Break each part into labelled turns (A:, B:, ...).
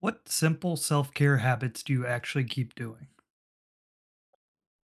A: What simple self care habits do you actually keep doing?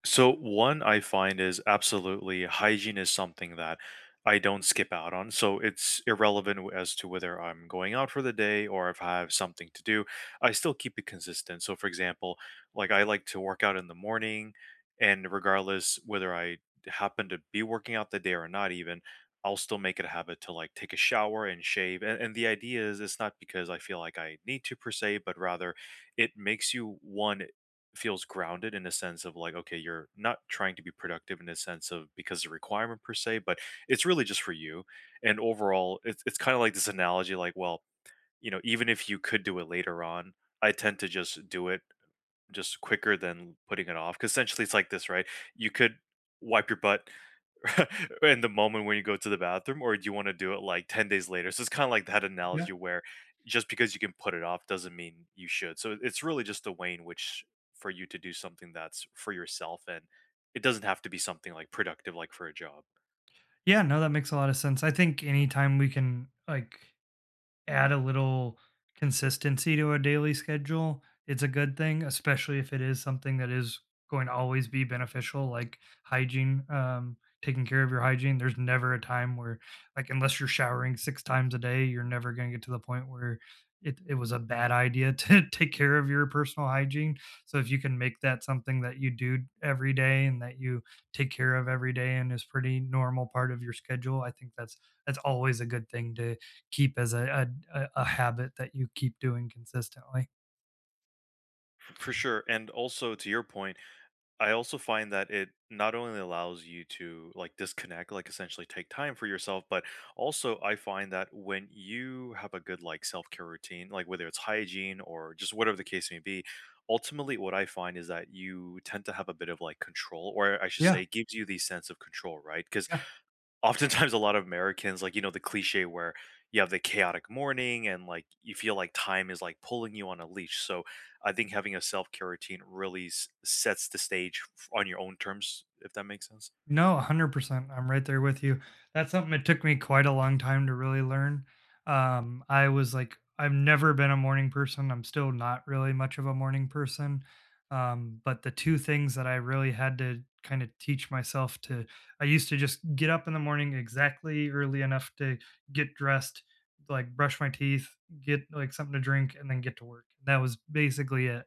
B: So one I find is absolutely hygiene is something that I don't skip out on. So it's irrelevant as to whether I'm going out for the day or if I have something to do. I still keep it consistent. So for example, like I like to work out in the morning and regardless whether I happen to be working out the day or not even, I'll still make it a habit to like take a shower and shave. And the idea is it's not because I feel like I need to per se, but rather it makes you one feels grounded in a sense of like, okay, you're not trying to be productive in a sense of because the requirement per se, but it's really just for you. And overall, it's kind of like this analogy, like, well, even if you could do it later on, I tend to just do it just quicker than putting it off, because essentially it's like this, right? You could wipe your butt in the moment when you go to the bathroom, or do you wanna do it, like, 10 days later? So it's kinda like that analogy
A: Yeah.
B: where just because you can put it off doesn't mean you should. So it's really just the way in which for you to do something that's for yourself, and it doesn't have to be something, like, productive, like, for a job.
A: Yeah, no, that makes a lot of sense. I think anytime we can, like, add a little consistency to a daily schedule, it's a good thing, especially if it is something that is going to always be beneficial, like hygiene, taking care of your hygiene. There's never a time where, like, unless you're showering six times a day, you're never going to get to the point where it was a bad idea to take care of your personal hygiene. So, if you can make that something that you do every day and that you take care of every day and is pretty normal part of your schedule, I think that's always a good thing to keep as a habit that you keep doing consistently.
B: For sure, and also to your point, I also find that it not only allows you to like disconnect, like essentially take time for yourself, but also I find that when you have a good like self care routine, like whether it's hygiene or just whatever the case may be, ultimately what I find is that you tend to have a bit of like control, or I should
A: Yeah,
B: say, it gives you the sense of control, right? Because
A: yeah.
B: oftentimes a lot of Americans, like, the cliche where you have the chaotic morning and like you feel like time is like pulling you on a leash. So I think having a self care routine really sets the stage on your own terms, if that makes sense.
A: No, 100%, I'm right there with you. That's something it took me quite a long time to really learn. I was like I've never been a morning person. I'm still not really much of a morning person, but the two things that I really had to kinda teach myself to I used to just get up in the morning exactly early enough to get dressed, like, brush my teeth, get, like, something to drink, and then get to work. That was basically it.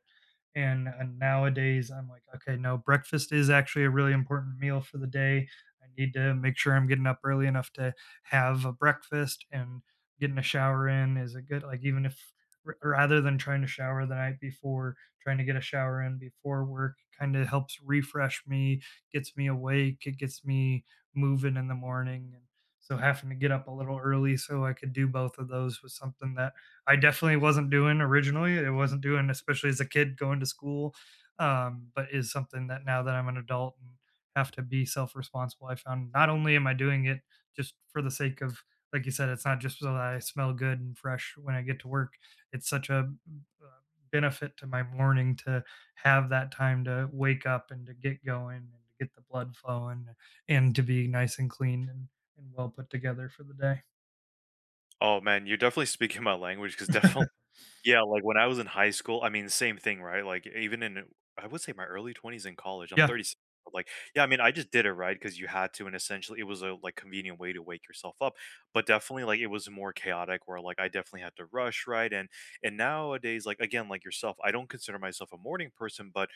A: And nowadays, I'm like, okay, no, breakfast is actually a really important meal for the day. I need to make sure I'm getting up early enough to have a breakfast, and getting a shower in is a good. Like, even if rather than trying to shower the night before, trying to get a shower in before work kind of helps refresh me, gets me awake, it gets me moving in the morning. And so having to get up a little early so I could do both of those was something that I definitely wasn't doing originally. It wasn't doing, especially as a kid going to school, but is something that now that I'm an adult and have to be self responsible, I found not only am I doing it just for the sake of, like you said, it's not just so that I smell good and fresh when I get to work. It's such a uh, benefit to my morning to have that time to wake up and to get going and to get the blood flowing and to be nice and clean and well put together for the day.
B: Oh man, you're definitely speaking my language because yeah, like, when I was in high school I mean, same thing, right? Like, even in. I would say my early 20s in college, I'm
A: Yeah.
B: 36, but, like yeah, I mean, I just did it, right? Because you had to, and essentially, it was a, like, convenient way to wake yourself up, but definitely, like, it was more chaotic where, like, I definitely had to rush, right? And nowadays, like, again, like yourself, I don't consider myself a morning person, but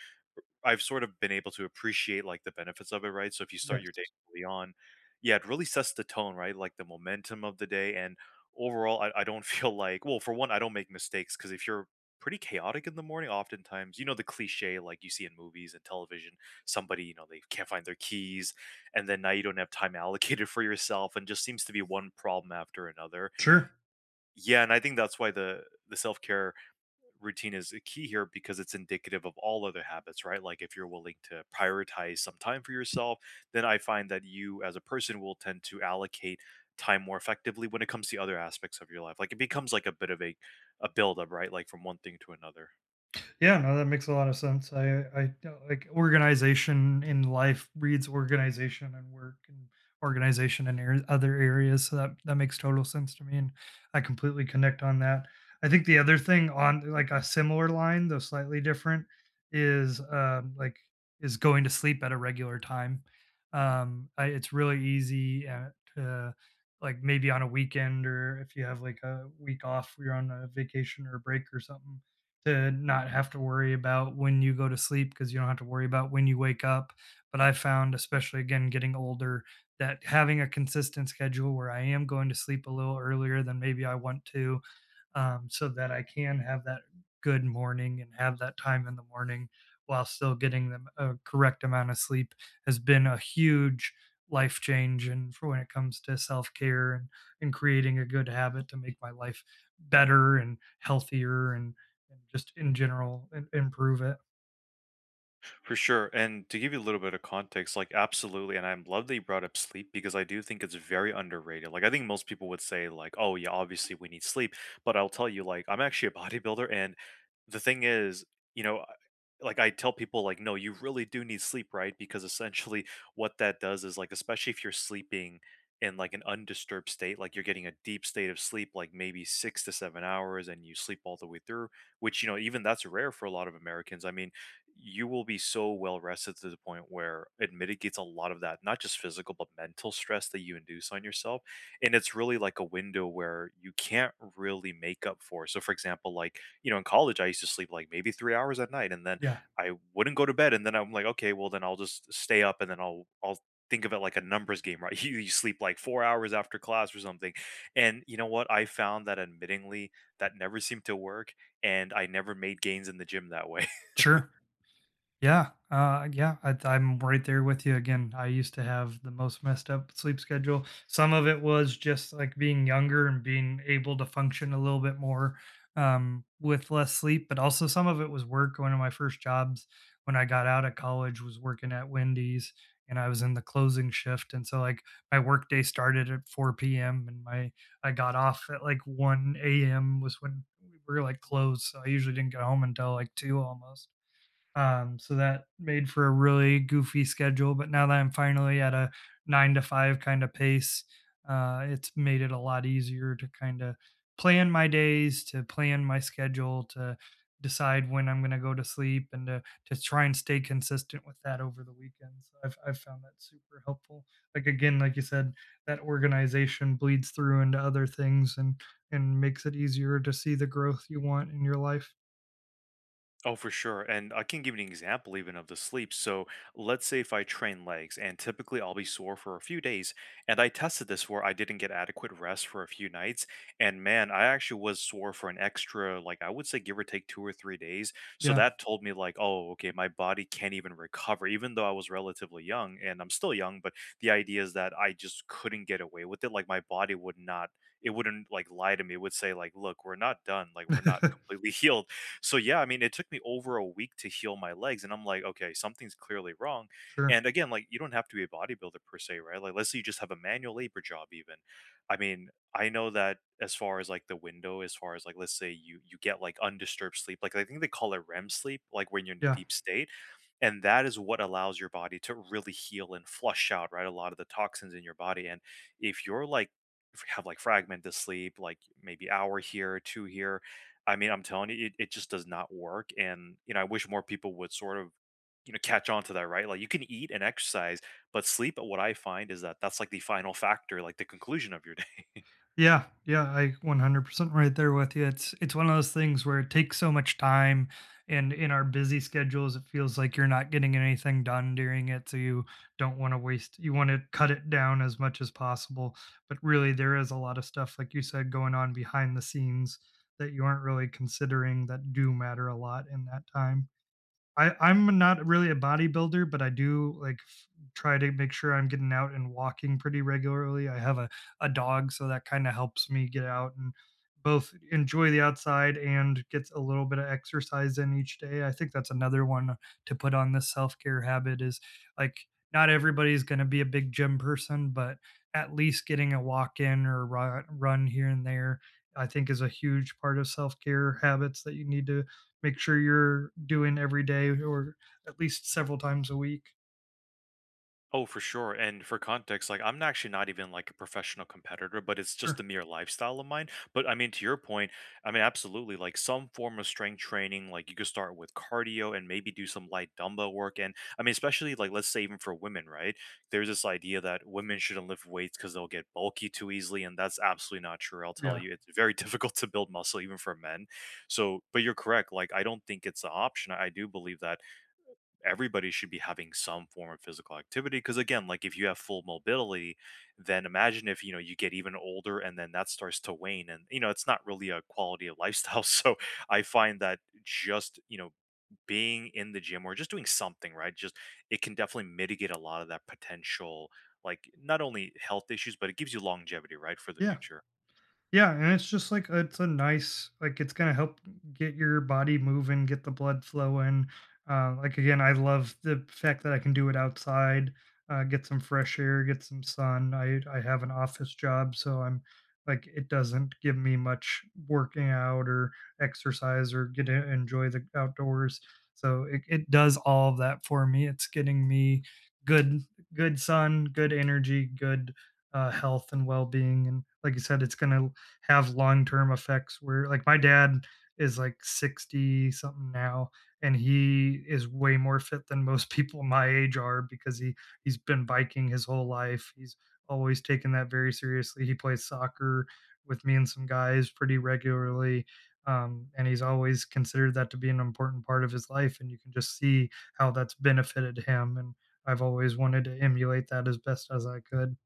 B: I've sort of been able to appreciate, like, the benefits of it, right? So if you start your day
A: Yes.
B: early on, yeah, it really sets the tone, right? Like, the momentum of the day, and overall, I don't feel like well, for one, I don't make mistakes because if you're pretty chaotic in the morning, oftentimes, the cliche, like, you see in movies and television, somebody, they can't find their keys, and then now you don't have time allocated for yourself and just seems to be one problem after another.
A: Sure.
B: Yeah, and I think that's why the self-care routine is key here because it's indicative of all other habits, right? Like if you're willing to prioritize some time for yourself, then I find that you as a person will tend to allocate time more effectively when it comes to other aspects of your life. Like it becomes like a bit of a buildup, right? Like from one thing to another.
A: Yeah, no, that makes a lot of sense. I like organization in life breeds organization and work and organization in other areas. So that makes total sense to me, and I completely connect on that. I think the other thing on like a similar line, though slightly different, is like is going to sleep at a regular time. It's really easy to like maybe on a weekend or if you have like a week off, you're on a vacation or a break or something to not have to worry about when you go to sleep because you don't have to worry about when you wake up. But I found, especially again, getting older, that having a consistent schedule where I am going to sleep a little earlier than maybe I want to, so that I can have that good morning and have that time in the morning while still getting them a correct amount of sleep has been a huge life change and for when it comes to self-care and creating a good habit to make my life better and healthier and just in general and improve it.
B: For sure. And to give you a little bit of context, like absolutely, and I'm love that you brought up sleep because I do think it's very underrated. Like I think most people would say, like, oh yeah, obviously we need sleep. But I'll tell you, like, I'm actually a bodybuilder and the thing is, you know, I- like I tell people like, no, you really do need sleep, right? Because essentially what that does is like, especially if you're sleeping in like an undisturbed state, like you're getting a deep state of sleep, like maybe 6 to 7 hours, and you sleep all the way through, which you know, even that's rare for a lot of Americans. I mean you will be so well rested to the point where it mitigates a lot of that, not just physical, but mental stress that you induce on yourself. And it's really like a window where you can't really make up for. So, for example, like, you know, in college, I used to sleep like maybe 3 hours at night and then
A: Yeah.
B: I wouldn't go to bed. And then I'm like, okay, well, then I'll just stay up and then think of it like a numbers game, right. You sleep like 4 hours after class or something and you know what I found that admittingly that never seemed to work and I never made gains in the gym that way.
A: Sure. Yeah, yeah, I'm right there with you again. I used to have the most messed up sleep schedule. Some of it was just like being younger and being able to function a little bit more with less sleep, but also some of it was work. One of my first jobs when I got out of college was working at Wendy's, and I was in the closing shift, and so like my work day started at 4 p.m. and my I got off at like 1 a.m. was when we were like closed. So I usually didn't get home until like two almost. So that made for a really goofy schedule, but now that I'm finally at a 9 to 5 kind of pace, it's made it a lot easier to kind of plan my days, to plan my schedule, to decide when I'm gonna go to sleep and to try and stay consistent with that over the weekends. I've found that super helpful. Like again, like you said, that organization bleeds through into other things and makes it easier to see the growth you want in your life.
B: Oh, for sure. And I can give you an example even of the sleep. So let's say if I train legs and typically I'll be sore for a few days. And I tested this where I didn't get adequate rest for a few nights. And man, I actually was sore for an extra, like I would say give or take 2 or 3 days. So
A: Yeah.
B: that told me like, oh, okay, my body can't even recover, even though I was relatively young and I'm still young, but the idea is that I just couldn't get away with it. Like my body would not it wouldn't like lie to me. It would say like, look, we're not done. Like we're not completely healed. So yeah, I mean, it took me over a week to heal my legs, and I'm like, okay, something's clearly wrong.
A: Sure.
B: And again, like you don't have to be a bodybuilder per se, right? Like let's say you just have a manual labor job, even. I mean, I know that as far as like the window, as far as like let's say you get like undisturbed sleep, like I think they call it REM sleep, like when you're in a
A: Yeah.
B: deep state. And that is what allows your body to really heal and flush out, right? A lot of the toxins in your body. And if you're like have like fragmented sleep, like maybe hour here, two here, I mean, I'm telling you, it just does not work. And, you know, I wish more people would sort of, you know, catch on to that, right? Like you can eat and exercise, but sleep, what I find is that that's like the final factor, like the conclusion of your day.
A: Yeah, yeah, I 100% right there with you. It's one of those things where it takes so much time and in our busy schedules it feels like you're not getting anything done during it so you don't want to waste you want to cut it down as much as possible. But really there is a lot of stuff like you said going on behind the scenes that you aren't really considering that do matter a lot in that time. I I'm not really a bodybuilder, but I do, like, f try to make sure I'm getting out and walking pretty regularly. I have a dog, so that kinda helps me get out and both enjoy the outside and gets a little bit of exercise in each day. I think that's another one to put on this self-care habit is, like, not everybody's gonna be a big gym person, but at least getting a walk in or ru run here and there, I think is a huge part of self-care habits that you need to make sure you're doing every day or at least several times a week.
B: Oh, for sure. And for context, like I'm actually not even like a professional competitor, but it's just
A: Sure.
B: a mere lifestyle of mine. But I mean, to your point, I mean, absolutely, like some form of strength training, like you could start with cardio and maybe do some light dumbbell work. And I mean, especially like let's say even for women, right? There's this idea that women shouldn't lift weights because they'll get bulky too easily. And that's absolutely not true. I'll tell
A: Yeah.
B: you, it's very difficult to build muscle even for men. So, but you're correct. Like, I don't think it's an option. I do believe that everybody should be having some form of physical activity because again like if you have full mobility then imagine if you know you get even older and then that starts to wane and you know it's not really a quality of lifestyle. So I find that just you know being in the gym or just doing something right just it can definitely mitigate a lot of that potential like not only health issues but it gives you longevity right for the
A: Yeah.
B: future.
A: Yeah, and it's just like it's a nice like it's gonna help get your body moving, get the blood flowing. Like again, I love the fact that I can do it outside, get some fresh air, get some sun. I have an office job, so I'm like it doesn't give me much working out or exercise or get to enjoy the outdoors. So it does all of that for me. It's getting me good good sun, good energy, good health and well being. And like you said, it's going to have long-term effects where like my dad is like 60 something now and he is way more fit than most people my age are because he's been biking his whole life. He's always taken that very seriously. He plays soccer with me and some guys pretty regularly. And he's always considered that to be an important part of his life. And you can just see how that's benefited him. And I've always wanted to emulate that as best as I could.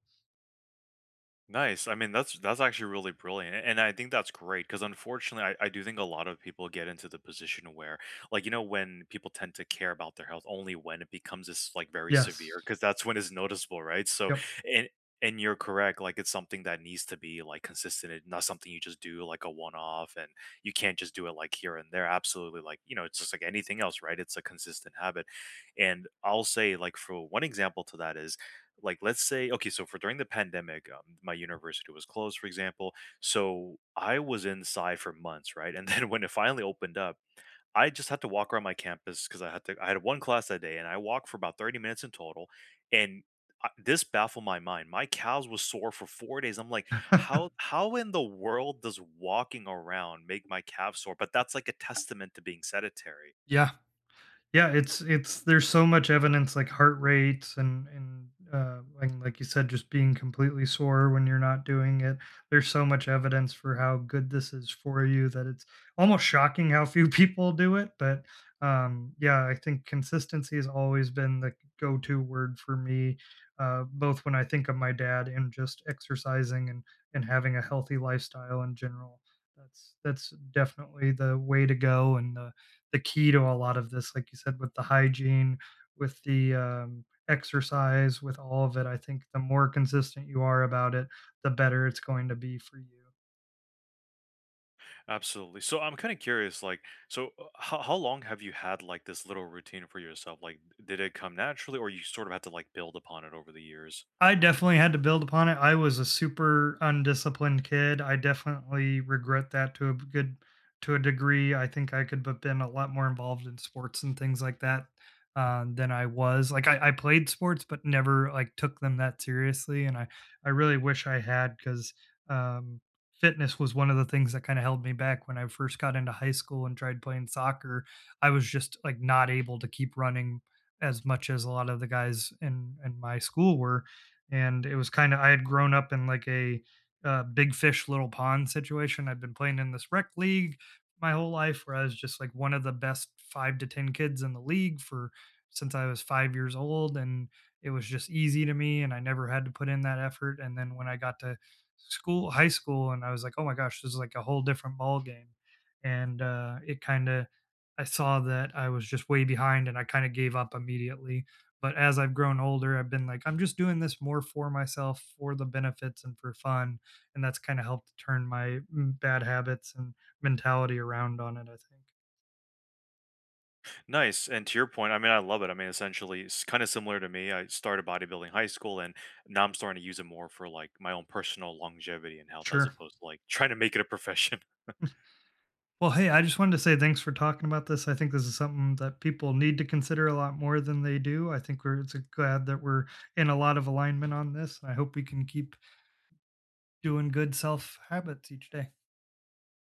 B: Nice. I mean, that's actually really brilliant, and I think that's great because unfortunately, I do think a lot of people get into the position where, like, you know, when people tend to care about their health only when it becomes this like very
A: Yes.
B: severe, because that's when it's noticeable, right? So,
A: Yep.
B: and and you're correct. Like, it's something that needs to be like consistent. It's not something you just do like a one off, and you can't just do it like here and there. Absolutely, like you know, it's just like anything else, right? It's a consistent habit, and I'll say like for one example to that is like let's say okay so for during the pandemic my university was closed for example so I was inside for months right and then when it finally opened up I just had to walk around my campus because I had to I had one class that day and I walked for about 30 minutes in total and I, this baffled my mind my cows was sore for 4 days I'm like how in the world does walking around make my calves sore but that's like a testament to being sedentary.
A: Yeah. Yeah, it's there's so much evidence like heart rates and and like you said, just being completely sore when you're not doing it. There's so much evidence for how good this is for you that it's almost shocking how few people do it. But yeah, I think consistency has always been the go-to word for me, both when I think of my dad and just exercising and having a healthy lifestyle in general. That's definitely the way to go and the key to a lot of this, like you said, with the hygiene, with the exercise, with all of it. I think the more consistent you are about it, the better it's going to be for you.
B: Absolutely. So I'm kind of curious, like, so how long have you had like this little routine for yourself? Like, did it come naturally or you sort of had to like build upon it over the years?
A: I definitely had to build upon it. I was a super undisciplined kid. I definitely regret that to a good to a degree. I think I could have been a lot more involved in sports and things like that than I was. Like I played sports, but never like took them that seriously. And I really wish I had because um, fitness was one of the things that kind of held me back when I first got into high school and tried playing soccer. I was just like not able to keep running as much as a lot of the guys in my school were, and it was kinda I had grown up in like a big fish, little pond situation. I'd been playing in this rec league my whole life where I was just like one of the best 5 to 10 kids in the league for since I was 5 years old, and it was just easy to me, and I never had to put in that effort, and then when I got to school high school and I was like, "Oh my gosh, this is like a whole different ball game." And, it kinda I saw that I was just way behind and I kinda gave up immediately. But as I've grown older, I've been like, I'm just doing this more for myself, for the benefits and for fun, and that's kinda helped turn my, bad habits and mentality around on it, I think.
B: Nice. And to your point, I mean, I love it. I mean, essentially, it's kind of similar to me. I started bodybuilding in high school and now I'm starting to use it more for like my own personal longevity and health as
A: Sure.
B: opposed to like trying to make it a profession.
A: Well, hey, I just wanted to say thanks for talking about this. I think this is something that people need to consider a lot more than they do. I think we're it's glad that we're in a lot of alignment on this, and I hope we can keep doing good self habits each day.